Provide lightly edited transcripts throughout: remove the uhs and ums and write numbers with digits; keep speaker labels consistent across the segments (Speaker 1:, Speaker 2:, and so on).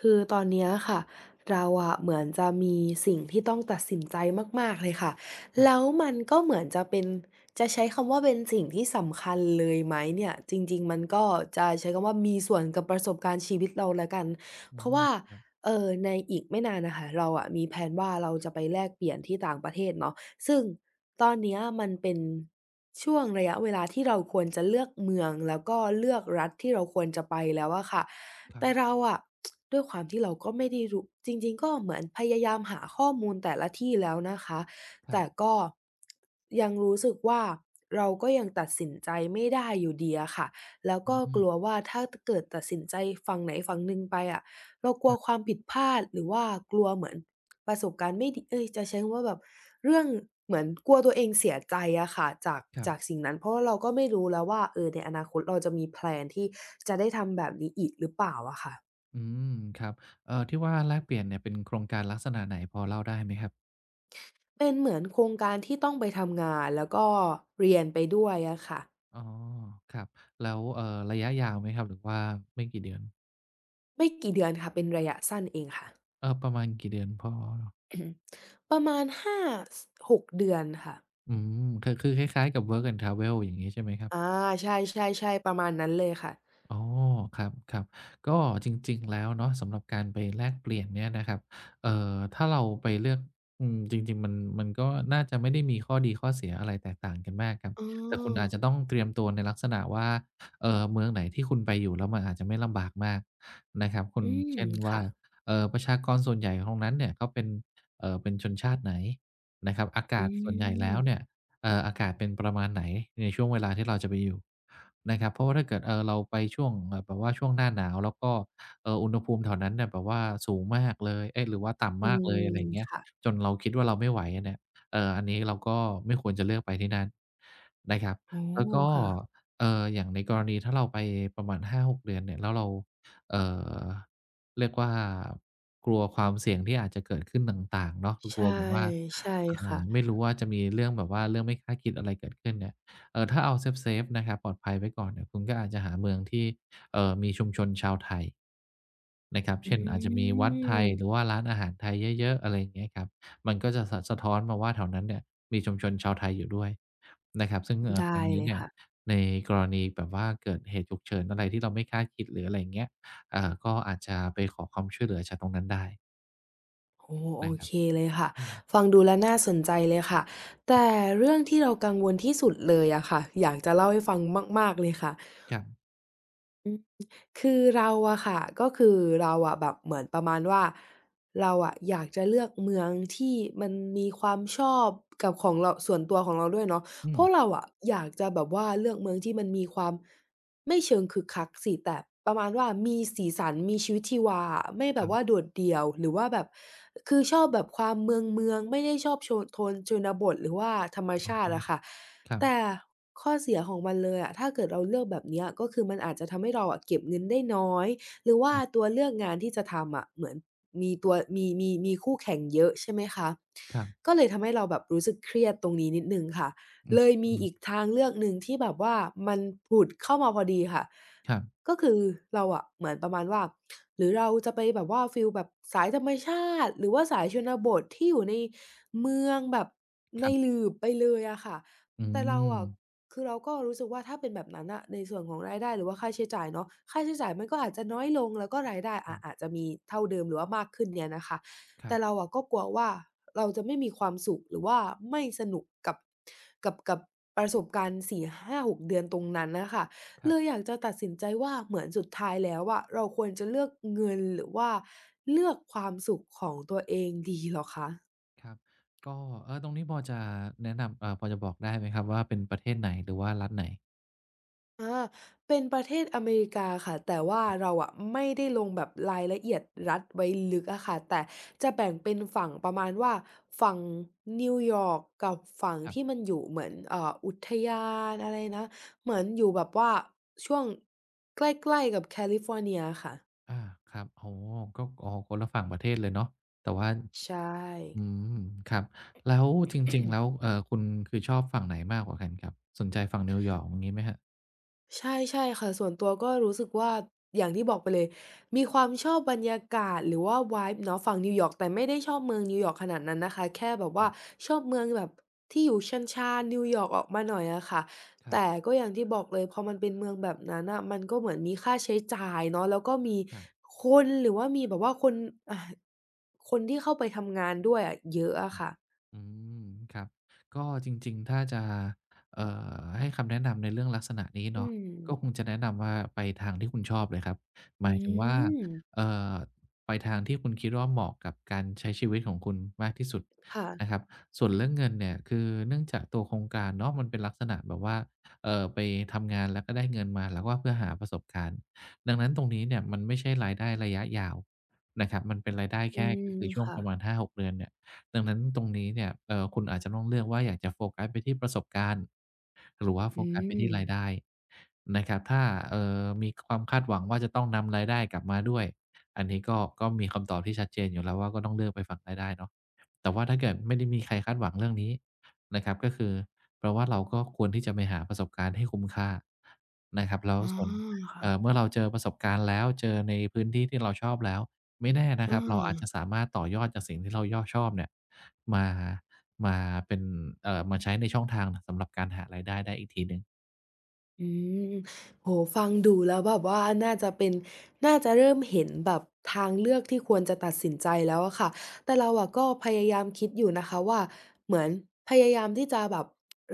Speaker 1: คือตอนเนี้ยค่ะเราอะเหมือนจะมีสิ่งที่ต้องตัดสินใจมากๆเลยค่ะ
Speaker 2: ครั
Speaker 1: แล้ว
Speaker 2: บ
Speaker 1: มันก็เหมือนจะเป็นจะใช้คำว่าเป็นสิ่งที่สำคัญเลยไหมเนี่ยจริงๆมันก็จะใช้คำว่ามีส่วนกับประสบการณ์ชีวิตเราแล้วกัน
Speaker 2: อื
Speaker 1: เพราะ
Speaker 2: ม
Speaker 1: ว่า
Speaker 2: ครับ
Speaker 1: ในอีกไม่นานน่ะค่ะเราอะมีแพลนว่าเราจะไปแลกเปลี่ยนที่ต่างประเทศเนาะซึ่งตอนเนี้ยมันเป็นช่วงระยะเวลาที่เราควรจะเลือกเมืองแล้วก็เลือกรัฐที่เราควรจะไปแล้วอะค่ะ
Speaker 2: ครั
Speaker 1: แต่
Speaker 2: บ
Speaker 1: เราอะ ด้วยความที่เราก็ไม่ได้รู้จริงๆก็เหมือนพยายามหาข้อมูลแต่ละที่แล้วนะคะ
Speaker 2: ครั
Speaker 1: แต่
Speaker 2: บ
Speaker 1: ก็ยังรู้สึกว่าเราก็ยังตัดสินใจไม่ได้อยู่ดีอะค่ะแล้ว
Speaker 2: อื
Speaker 1: ก็ก
Speaker 2: ม
Speaker 1: ลัวว่าถ้าเกิดตัดสินใจฝั่งไหนฝั่งหนึ่งไปอะเรากลั
Speaker 2: ค
Speaker 1: ว
Speaker 2: รั
Speaker 1: ควา
Speaker 2: บ
Speaker 1: มผิดพลาดหรือว่ากลัวเหมือน ประสบการณ์ไม่ดีเอ๊ยจะใช้คำว่าแบบเรื่องเหมือนกลัวตัวเองเสียใจอะค่ะจาก
Speaker 2: ครั
Speaker 1: จาก
Speaker 2: บ
Speaker 1: สิ่งนั้นเพราะว่าเราก็ไม่รู้แล้วว่าเออในอนาคตเราจะมีแพลนที่จะได้ทำแบบนี้อีกหรือเปล่าอะค่ะ
Speaker 2: อืมครับที่ว่าแลกเปลี่ยนเนี่ย เป็นโครงการ ลักษณะไหนพอเล่าได้ไหมครับ
Speaker 1: เป็นเหมือนโครงการที่ต้องไปทำงานแล้วก็เรียนไปด้วยอะค่ะ
Speaker 2: อ๋อ ครับ แล้ว ระยะ ยาวไหมครับ หรือว่า ไม่กี่เดือน
Speaker 1: ไม่กี่เดือนค่ะเป็นระยะสั้นเองค่ะ
Speaker 2: เออ ประมาณกี่เดือนพอ
Speaker 1: อือฮึประมาณห้าสหกเดือนค่ะ
Speaker 2: อืมคือคือ คล้ายๆ กับ Work and Travel อย่างงี้ ใช่ไหมครับ
Speaker 1: อาใช่ๆๆประมาณนั้นเลยค่ะ
Speaker 2: อ๋อครับครับก็จริงๆแล้วเนาะสำหรับการไปแลกเปลี่ยนเนี่ยนะครับถ้าเราไปเลือกอืมจริงๆมันก็น่าจะไม่ได้มีข้อดีข้อเสียอะไรแตกต่างกันมากครับ
Speaker 1: อ๋
Speaker 2: แต่คุณอา
Speaker 1: อ
Speaker 2: จจะต้องเตรียมตัวในลักษณะว่าเมืองไหนที่คุณไปอยู่แล้วมันอาจจะไม่ลำบากมากนะครับคุ
Speaker 1: อื
Speaker 2: ณ
Speaker 1: ม
Speaker 2: เช่นว่า
Speaker 1: ค่ะ
Speaker 2: ประชากรส่วนใหญ่ตรงนั้นเนี่ยเขาเป็นเป็นชนชาติไหนนะครับอา
Speaker 1: อื
Speaker 2: กาศส่วนใหญ่แล้วเนี่
Speaker 1: ม
Speaker 2: ย อากาศเป็นประมาณไหนในช่วงเวลาที่เราจะไปอยู่นะครับเพราะว่าถ้าเกิดเราไปช่วงแบบว่าช่วงหน้าหนาวแล้วก็อุณหภูมิแถวนั้นเนี่ยแบบว่าสูงมากเลยเอ๊ยหรือว่า
Speaker 1: อื
Speaker 2: ต่ำมากเลยอะ
Speaker 1: ม
Speaker 2: ไรอย่างเงี้ย
Speaker 1: ค่ะ
Speaker 2: จนเราคิดว่าเราไม่ไหวอะเนี่ยอันนี้เราก็ไม่ควรจะเลือกไปที่นั่นนะครับ
Speaker 1: อ๋อ
Speaker 2: แล้วก็
Speaker 1: ค่ะ
Speaker 2: อย่างในกรณีถ้าเราไปประมาณ5-6เดือนเนี่ยแล้วเราเอ่อเรียกว่ากลัวความเสี่ยงที่อาจจะเกิดขึ้นต่างๆเนาะกลั
Speaker 1: ใช่
Speaker 2: วแบบว่า
Speaker 1: ใช่ค่ะ
Speaker 2: ไม่รู้ว่าจะมีเรื่องแบบว่าเรื่องไม่คาดคิดอะไรเกิดขึ้นเนี่ยถ้าเอาเซฟๆนะครับปลอดภัยไว้ก่อนเนี่ยคุณก็อาจจะหาเมืองที่มีชุมชนชาวไทยนะครับ
Speaker 1: อ
Speaker 2: เช่นอาจจะ
Speaker 1: ื
Speaker 2: มีวัดไทย
Speaker 1: ม
Speaker 2: หรือว่าร้านอาหารไทยเยอะๆอะไรอย่างเงี้ยครับมันก็จะสะท้อนมาว่าแถวนั้นเนี่ยมีชุมชนชาวไทยอยู่ด้วยนะครับซึ่งต
Speaker 1: ได้
Speaker 2: รงนี้
Speaker 1: เลย
Speaker 2: เนี่ย
Speaker 1: ค่ะ
Speaker 2: ในกรณีแบบว่าเกิดเหตุฉุกเฉินอะไรที่เราไม่คาดคิดหรืออะไรอย่างเงี้ยอ่าก็อาจจะไปขอความช่วยเหลือจากตรงนั้นได้
Speaker 1: โอ้โฮโอ
Speaker 2: นะครั
Speaker 1: เค
Speaker 2: บ
Speaker 1: เลยค่ะ
Speaker 2: อืม
Speaker 1: ฟังดูแล้วน่าสนใจเลยค่ะแต่เรื่องที่เรากังวลที่สุดเลยอะค่ะอยากจะเล่าให้ฟังมากๆเลยค่ะ
Speaker 2: ครับ
Speaker 1: อืมคือเราอะค่ะก็คือเราอะแบบเหมือนประมาณว่าเราอะอยากจะเลือกเมืองที่มันมีความชอบกับของเราส่วนตัวของเราด้วยเนาะ
Speaker 2: อื
Speaker 1: เพราะ
Speaker 2: ม
Speaker 1: เราอะอยากจะแบบว่าเลือกเมืองที่มันมีความไม่เชิงคึกคักสิแต่ประมาณว่ามีสีสันมีชีวิตชีวาอะไม่แบ
Speaker 2: ครั
Speaker 1: บว่า
Speaker 2: บ
Speaker 1: โดดเดี่ยวหรือว่าแบบคือชอบแบบความเมืองๆไม่ได้ชอบโชนโทนชนบทหรือว่าธรรม
Speaker 2: อ๋อ
Speaker 1: ชาติอะค่ะ
Speaker 2: ครั
Speaker 1: แต่
Speaker 2: บ
Speaker 1: ข้อเสียของมันเลยอะถ้าเกิดเราเลือกแบบเนี้ยก็คือมันอาจจะทำให้เราอะเก็บเงินได้น้อยหรือว่า
Speaker 2: ครั
Speaker 1: ตั
Speaker 2: บ
Speaker 1: วเลือกงานที่จะทำอะเหมือนมีตัวมีคู่แข่งเยอะใช่ไหมคะ
Speaker 2: ครั
Speaker 1: ก็
Speaker 2: บ
Speaker 1: เลยทำให้เราแบบรู้สึกเครียดตรงนี้นิดหนึ่งค่ะ
Speaker 2: อื
Speaker 1: เลยมีอีก
Speaker 2: ม
Speaker 1: ทางเลือกหนึ่งที่แบบว่ามันผุดเข้ามาพอดีค่ะ
Speaker 2: ครับ
Speaker 1: ก็คือเราอะเหมือนประมาณว่าหรือเราจะไปแบบว่าฟีลแบบสายธรรมชาติหรือว่าสายชนบทที่อยู่ในเมืองแบบ
Speaker 2: ค
Speaker 1: ใน
Speaker 2: รั
Speaker 1: ห
Speaker 2: บ
Speaker 1: ลืบไปเลยอะค่ะ
Speaker 2: อื
Speaker 1: แต่เรา
Speaker 2: ม
Speaker 1: อะคือเราก็รู้สึกว่าถ้าเป็นแบบนั้นน่ะในส่วนของรายได้หรือว่าค่าใช้จ่ายเนาะค่าใช้จ่ายมันก็อาจจะน้อยลงแล้วก็รายได้
Speaker 2: ครั
Speaker 1: อาจ
Speaker 2: บ
Speaker 1: จะมีเท่าเดิมหรือว่ามากขึ้นเนี่ยนะคะ
Speaker 2: ครั
Speaker 1: แต่เรา
Speaker 2: บ
Speaker 1: อะก็กลัวว่าเราจะไม่มีความสุขหรือว่าไม่สนุกกับกับประสบการณ์4-5-6เดือนตรงนั้นน่ะค่ะ
Speaker 2: ค
Speaker 1: เล
Speaker 2: รั
Speaker 1: ย
Speaker 2: บ
Speaker 1: อยากจะตัดสินใจว่าเหมือนสุดท้ายแล้วอะเราควรจะเลือกเงินหรือว่าเลือกความสุขของตัวเองดีเหรอคะ
Speaker 2: ครับก็เออตรงนี้พอจะแนะนำพอจะบอกได้ไหมครับว่าเป็นประเทศไหนหรือว่ารัฐไหน
Speaker 1: อาเป็นประเทศอเมริกาค่ะแต่ว่าเราอะไม่ได้ลงแบบรายละเอียดรัฐไว้ลึกอะค่ะแต่จะแบ่งเป็นฝั่งประมาณว่าฝั่งนิวยอร์กกับฝั่ง
Speaker 2: ครั
Speaker 1: ที่มั
Speaker 2: บ
Speaker 1: นอยู่เหมือนอุทยานอะไรนะเหมือนอยู่แบบว่าช่วงใกล้ๆกับแคลิฟอร์เนียค่ะ
Speaker 2: อาครับอ๋อก็อ๋อคนละฝั่งประเทศเลยเนาะแต่ว่า
Speaker 1: ใช่
Speaker 2: อืมครับ แล้วจริงๆ แล้วคุณคือชอบฝั่งไหนมากกว่ากันครับสนใจฝั่งนิวยอร์กอย่างงี้ไหมครับ
Speaker 1: ใช่ใช่ค่ะส่วนตัวก็รู้สึกว่าอย่างที่บอกไปเลยมีความชอบบรรยากาศหรือว่า vibe เนาะฝั่งนิวยอร์กแต่ไม่ได้ชอบเมืองนิวยอร์กขนาดนั้นนะคะแค่แบบ
Speaker 2: ค
Speaker 1: ว่า
Speaker 2: รับ
Speaker 1: ชอบเมืองแบบที่อยู่ชานๆนิวยอร์กออกมาหน่อยอะค่ะ
Speaker 2: ครั
Speaker 1: แต่
Speaker 2: บ
Speaker 1: ก็อย่างที่บอกเลยพอมันเป็นเมืองแบบนั้นน่ะมันก็เหมือนมีค่าใช้จ่ายเนาะแล้วก็มี
Speaker 2: ครับ
Speaker 1: คนหรือว่ามีแบบว่าคนอ่าคนที่เข้าไปทำงานด้วยอะเยอะอะค่ะ
Speaker 2: อืมครับก็จริงๆถ้าจะเอ่ให้คำแนะนำในเรื่องลักษณะนี้
Speaker 1: อื
Speaker 2: เนาะก็คง
Speaker 1: ม
Speaker 2: จะแนะนำว่าไปทางที่คุณชอบเลยครับห
Speaker 1: อื
Speaker 2: มายถึงว่า
Speaker 1: ม
Speaker 2: เอ่อไปทางที่คุณคิดว่าเหมาะกับการใช้ชีวิตของคุณมากที่สุด
Speaker 1: ค่ะ
Speaker 2: นะครับส่วนเรื่องเงินเนี่ยคือเนื่องจากตัวโครงการเนาะมันเป็นลักษณะแบบว่าไปทำงานแล้วก็ได้เงินมาแล้วก็เพื่อหาประสบการณ์ดังนั้นตรงนี้เนี่ยมันไม่ใช่รายได้ระยะยาวนะครับมันเป็นรายได้
Speaker 1: อื
Speaker 2: แค่ก็
Speaker 1: ม
Speaker 2: คือช่วง
Speaker 1: ค่ะ
Speaker 2: ประมาณหาหกเดือนเนี่ย ดังนั้นตรงนี้เนี่ยคุณอาจจะต้องเลือกว่าอยากจะโฟกัสไปที่ประสบการณ์หรือว่าโฟ
Speaker 1: อื
Speaker 2: กัสไป
Speaker 1: ม
Speaker 2: ที่รายได้นะครับถ้ามีความคาดหวังว่าจะต้องนำรายได้กลับมาด้วยอันนี้ก็มีคำตอบที่ชัดเจนอยู่แล้วว่าก็ต้องเลือกไปฝั่งรายได้เนาะแต่ว่าถ้าเกิดไม่ได้มีใครคาดหวังเรื่องนี้นะครับก็คือแปลว่าเราก็ควรที่จะไปหาประสบการณ์ให้คุ้มค่านะครับแล้ว
Speaker 1: อ๋อ
Speaker 2: ส่วน
Speaker 1: ค่ะ
Speaker 2: เมื่อเราเจอประสบการณ์แล้วเจอในพื้นที่ที่เราชอบแล้วไม่แน่
Speaker 1: เอ
Speaker 2: นะครับเรา
Speaker 1: อ
Speaker 2: อาจจะสามารถต่อยอดจากสิ่งที่เราชอบเนี่ย มามาเป็นมาใช้ในช่องทางสำหรับการหารายได้ได้อีกทีหนึ่ง
Speaker 1: อืมโอ้โฮฟังดูแล้วแบบว่าน่าจะเริ่มเห็นแบบทางเลือกที่ควรจะตัดสินใจแล้วอะค่ะแต่เราอะก็พยายามคิดอยู่นะคะว่าเหมือนพยายามที่จะแบบ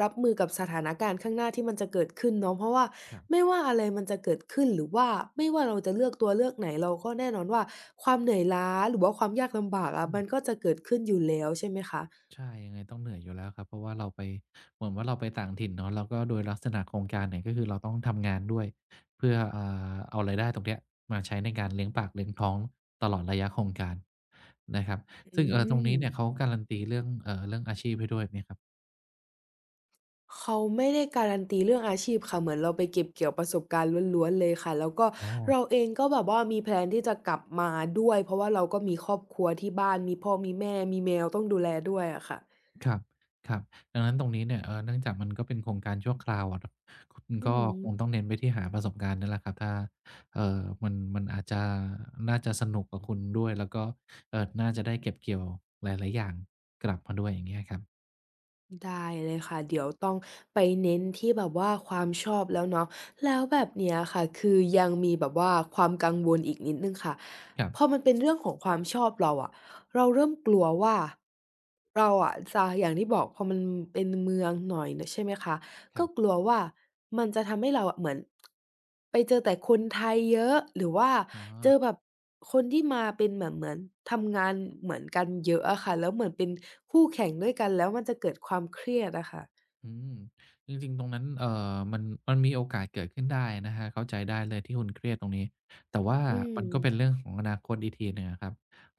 Speaker 1: รับมือกับสถานการณ์ข้างหน้าที่มันจะเกิดขึ้นเนาะเพราะว่า
Speaker 2: ครับ
Speaker 1: ไม่ว่าอะไรมันจะเกิดขึ้นหรือว่าไม่ว่าเราจะเลือกตัวเลือกไหนเราก็แน่นอนว่าความเหนื่อยล้าหรือว่าความยากลำบากอะ
Speaker 2: อื
Speaker 1: มัน
Speaker 2: ม
Speaker 1: ก็จะเกิดขึ้นอยู่แล้วใช่ไหมคะ
Speaker 2: ใช่ยังไงต้องเหนื่อยอยู่แล้วครับเพราะว่าเราไปเหมือนว่าเราไปต่างถิ่นเนาะแล้วก็โดยลักษณะโครงการเนี่ยก็คือเราต้องทำงานด้วยเพื่ออ่าเอารายได้ตรงเนี้ยมาใช้ในการเลี้ยงปากเลี้ยงท้องตลอดระยะโครงการนะครับ
Speaker 1: อื
Speaker 2: ซึ่งตรงนี้
Speaker 1: ม
Speaker 2: เนี่ยเขาการันตีเรื่องเรื่องอาชีพให้ด้วยไหมครับ
Speaker 1: เขาไม่ได้การันตีเรื่องอาชีพค่ะเหมือนเราไปเก็บเกี่ยวประสบการณ์ล้วนๆเลยค่ะแล้วก็
Speaker 2: อ๋อ
Speaker 1: เราเองก็แบบว่ามีแพลนที่จะกลับมาด้วยเพราะว่าเราก็มีครอบครัวที่บ้านมีพ่อมีแม่มีแมวต้องดูแลด้วยอะค่ะ
Speaker 2: ครับครับ ดังนั้นตรงนี้เนี่ยเนื่องจากมันก็เป็นโครงการชั่วคราวอะเนาะคุณ
Speaker 1: อือ
Speaker 2: ก็
Speaker 1: ฮึ
Speaker 2: คงต้องเน้นไปที่หาประสบการณ์นั่นแหละครับถ้ามันอาจจะน่าจะสนุกกับคุณด้วยแล้วก็น่าจะได้เก็บเกี่ยวหลายๆอย่างกลับมาด้วยอย่างเงี้ยครับ
Speaker 1: ได้เลยค่ะเดี๋ยวต้องไปเน้นที่แบบว่าความชอบแล้วเนาะแล้วแบบเนี้ยค่ะคือยังมีแบบว่าความกังวลอีกนิดหนึ่งค่ะ
Speaker 2: ครั
Speaker 1: พอ
Speaker 2: บ
Speaker 1: มันเป็นเรื่องของความชอบเราอะเราเริ่มกลัวว่าเราอะจะอย่างที่บอกพอมันเป็นเมืองหน่อยน่ะใช่ไหมคะ
Speaker 2: ค
Speaker 1: ก็
Speaker 2: รับ
Speaker 1: กลัวว่ามันจะทำให้เราอะเหมือนไปเจอแต่คนไทยเยอะหรือว่า
Speaker 2: อ๋อ
Speaker 1: เจอแบบคนที่มาเป็นแบบเหมือนทำงานเหมือนกันเยอะอะค่ะแล้วเหมือนเป็นคู่แข่งด้วยกันแล้วมันจะเกิดความเครียดอะค่ะ
Speaker 2: อืมจริงๆตรงนั้นมันมันมีโอกาสเกิดขึ้นได้นะครับเข้าใจได้เลยที่คุณเครียดตรงนี้แต่ว่า
Speaker 1: อืม
Speaker 2: มันก็เป็นเรื่องของอนาคตอีกทีหนึ่งอะครับ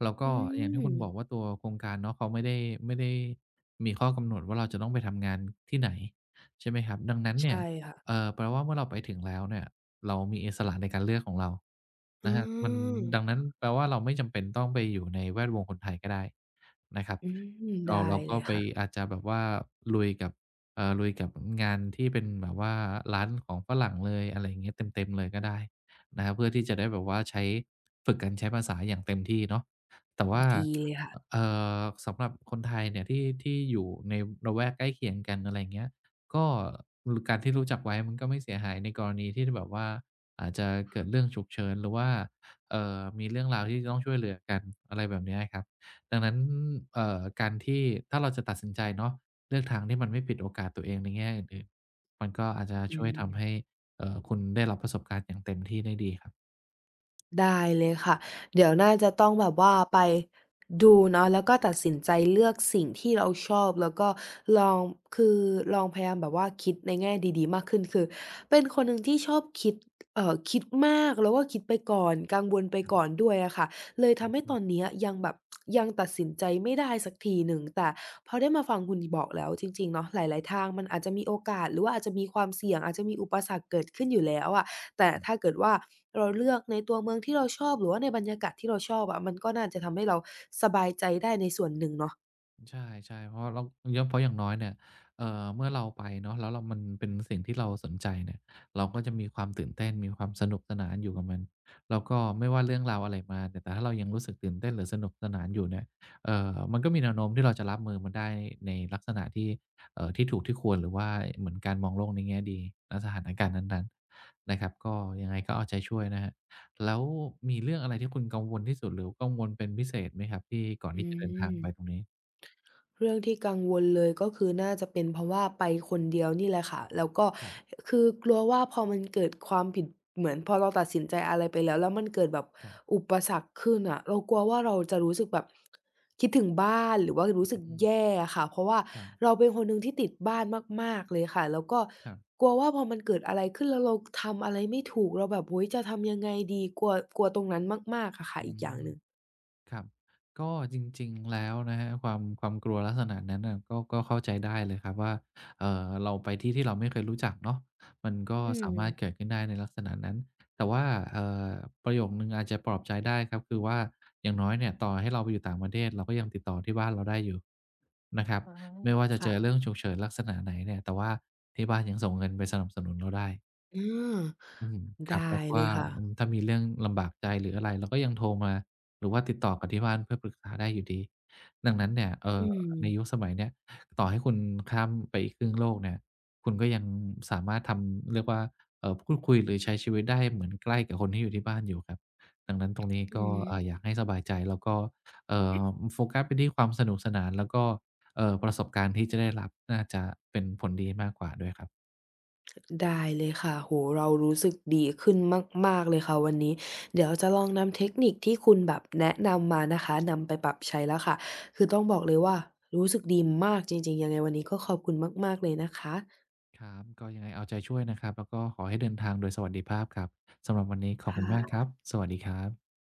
Speaker 2: แล้วก็
Speaker 1: อื
Speaker 2: อย่าง
Speaker 1: ม
Speaker 2: ที่คุณบอกว่าตัวโครงการเนาะเขาไม่ได้มีข้อกำหนดว่าเราจะต้องไปทำงานที่ไหนใช่ไหมครับดังนั้นเนี่
Speaker 1: ใช่
Speaker 2: ย
Speaker 1: ค่ะ
Speaker 2: แปลว่าเมื่อเราไปถึงแล้วเนี่ยเรามีอิสระในการเลือกของเรา
Speaker 1: อ
Speaker 2: นะครับมัน
Speaker 1: า
Speaker 2: ดังนั้นแปลว่าเราไม่จำเป็นต้องไปอยู่ในแวดวงคนไทยก็ได้นะครับ
Speaker 1: อืมได้
Speaker 2: เรา
Speaker 1: เล
Speaker 2: ก็
Speaker 1: ย
Speaker 2: ไป
Speaker 1: ค่ะ
Speaker 2: อาจจะแบบว่าลุยกับ ลุยกับงานที่เป็นแบบว่าร้านของฝรั่งเลยอะไรอย่างเงี้ยเต็มๆเลยก็ได้นะครับเพื่อที่จะได้แบบว่าใช้ฝึกกันใช้ภาษาอย่างเต็มที่เนาะแต่
Speaker 1: อืม
Speaker 2: ว่า
Speaker 1: ดีเลยค่ะ
Speaker 2: เอ่อสำหรับคนไทยเนี่ยที่อยู่ในละแวกใกล้เคียงกันอะไรอย่างเงี้ยก็รการที่รู้จักไว้มันก็ไม่เสียหายในกรณีที่แบบว่าอาจจะเกิดเรื่องฉุกเฉินหรือว่ามีเรื่องราวที่จะต้องช่วยเหลือกันอะไรแบบเนี้ยครับดังนั้นการที่ถ้าเราจะตัดสินใจเนาะ เลือกทางที่มันไม่ปิดโอกาสตัวเองในแง่อื่นๆมันก็อาจจะ
Speaker 1: อื
Speaker 2: ช่วยทำให้
Speaker 1: ม
Speaker 2: คุณได้รับประสบการณ์อย่างเต็มที่ได้ดีครับ
Speaker 1: ได้เลยค่ะเดี๋ยวน่าจะต้องแบบว่าไปดูเนาะแล้วก็ตัดสินใจเลือกสิ่งที่เราชอบแล้วก็ลองคือลองพยายามแบบว่าคิดในแง่ดีๆมากขึ้นคือเป็นคนหนึ่งที่ชอบคิดคิดมากแล้วก็คิดไปก่อนกังวลไปก่อนด้วยอะค่ะเลย
Speaker 2: อื
Speaker 1: ทำให้ต
Speaker 2: ม
Speaker 1: อนเนี้ยยังแบบยังตัดสินใจไม่ได้สักทีหนึ่งแต่พอได้มาฟังคุณบอกแล้วจริงๆเนาะหลายๆทางมันอาจจะมีโอกาสหรือว่าอาจจะมีความเสี่ยงอาจจะมีอุปสรรคเกิดขึ้นอยู่แล้วอะแต่ถ้าเกิดว่า เราเลือกในตัวเมืองที่เราชอบหรือว่าในบรรยากาศที่เราชอบอะมันก็น่าจะทำให้เราสบายใจได้ในส่วนหนึ่งเนาะ
Speaker 2: ใช่ๆเพราะเราเย่อมเพราะอย่างน้อยเนี่ยเมื่อเราไปเนาะแล้วเรามันเป็นสิ่งที่เราสนใจเนี่ยเราก็จะมีความตื่นเต้นมีความสนุกสนานอยู่กับมันแล้วก็ไม่ว่าเรื่องราวอะไรมาเนี่ยแต่ถ้าเรายังรู้สึกตื่นเต้นหรือสนุกสนานอยู่เนี่ยมันก็มีแนวโน้มที่เราจะรับมือมันได้ในลักษณะที่ที่ถูกที่ควรหรือว่าเหมือนการมองโลกในแง่ดีณสถานการณ์นั้นๆนะครับก็ยังไงก็เอาใจช่วยนะครับแล้วมีเรื่องอะไรที่คุณกังวลที่สุดหรือกังวลเป็นพิเศษไหมครับที่ก่อนที่
Speaker 1: อื
Speaker 2: จะเดินทาง
Speaker 1: ม
Speaker 2: ไปตรงนี้
Speaker 1: เรื่องที่กังวลเลยก็คือน่าจะเป็นเพราะว่าไปคนเดียวนี่แหละค่ะแล้วก็
Speaker 2: ครับ
Speaker 1: คือกลัวว่าพอมันเกิดความผิดเหมือนพอเราตัดสินใจอะไรไปแล้วแล้วมันเกิดแบบ
Speaker 2: ครับ
Speaker 1: อุปสรรคขึ้นอะเรากลัวว่าเราจะรู้สึกแบบคิดถึงบ้านหรือว่ารู้สึก
Speaker 2: อื
Speaker 1: แย่
Speaker 2: ม
Speaker 1: อะค่ะเพราะว่า
Speaker 2: ครั
Speaker 1: เรา
Speaker 2: บ
Speaker 1: เป็นคนหนึ่งที่ติดบ้านมากๆเลยค่ะแล้วก็
Speaker 2: ครับ
Speaker 1: กลัวว่าพอมันเกิดอะไรขึ้นแล้วเราทำอะไรไม่ถูกเราแบบโอ้โฮจะทำยังไงดีกลัวกลัวตรงนั้นมากๆอะค่ะ
Speaker 2: อื
Speaker 1: อีกอย่าง
Speaker 2: ม
Speaker 1: หนึ่ง
Speaker 2: ครับ ก็จริงๆ แล้วนะครับความกลัวลักษณะนั้นน่ะก็เข้าใจได้เลยครับว่าเราไปที่ที่เราไม่เคยรู้จักเนาะมันก็
Speaker 1: อื
Speaker 2: สา
Speaker 1: ม
Speaker 2: มารถเกิดขึ้นได้ในลักษณะนั้นแต่ว่าเอ่อประโยคหนึ่งอาจจะปลอบใจได้ครับคือว่าอย่างน้อยเนี่ยต่อให้เราไปอยู่ต่างประเทศเราก็ยังติดต่อที่บ้านเราได้อยู่นะครับไม่ว่าจะเจอเรื่
Speaker 1: ค่ะ
Speaker 2: องฉุกเฉินลักษณะไหนเนี่ยแต่ว่าที่บ้านยังส่งเงินไปสนับสนุนเราได้
Speaker 1: อา
Speaker 2: อืมครับ
Speaker 1: ได้
Speaker 2: แล้ว
Speaker 1: เล
Speaker 2: ก็
Speaker 1: ยค่ะ
Speaker 2: อืมถ้ามีเรื่องลำบากใจหรืออะไรเราก็ยังโทรมาหรือว่าติดต่อกลับที่บ้านเพื่อปรึกษาได้อยู่ดีดังนั้นเนี่ย
Speaker 1: อืม
Speaker 2: ในยุคสมัยเนี้ยต่อให้คุณข้ามไปอีกครึ่งโลกเนี่ยคุณก็ยังสามารถทำเรียกว่าพูดคุยหรือใช้ชีวิตได้เหมือนใกล้กับคนที่อยู่ที่บ้านอยู่ครับดังนั้นตรงนี้
Speaker 1: อื
Speaker 2: ก็อ
Speaker 1: ม
Speaker 2: ยากให้สบายใจแล้วก็เอ่อโฟกัสไปที่ความสนุกสนานแล้วก็ประสบการณ์ที่จะได้รับน่าจะเป็นผลดีมากกว่าด้วยครับ
Speaker 1: ได้เลยค่ะโอ้โฮเรารู้สึกดีขึ้นมากๆเลยค่ะวันนี้เดี๋ยวจะลองนำเทคนิคที่คุณแบบแนะนำมานะคะนำไปปรับใช้แล้วค่ะคือต้องบอกเลยว่ารู้สึกดีมากจริงๆยังไงวันนี้ก็ขอบคุณมากๆเลยนะคะ
Speaker 2: ครับก็ยังไงเอาใจช่วยนะครับแล้วก็ขอให้เดินทางโดยสวัสดิภาพครับสำหรับวันนี้ขอบคุณมากค
Speaker 1: ค่ะ
Speaker 2: รับสวัสดีครับ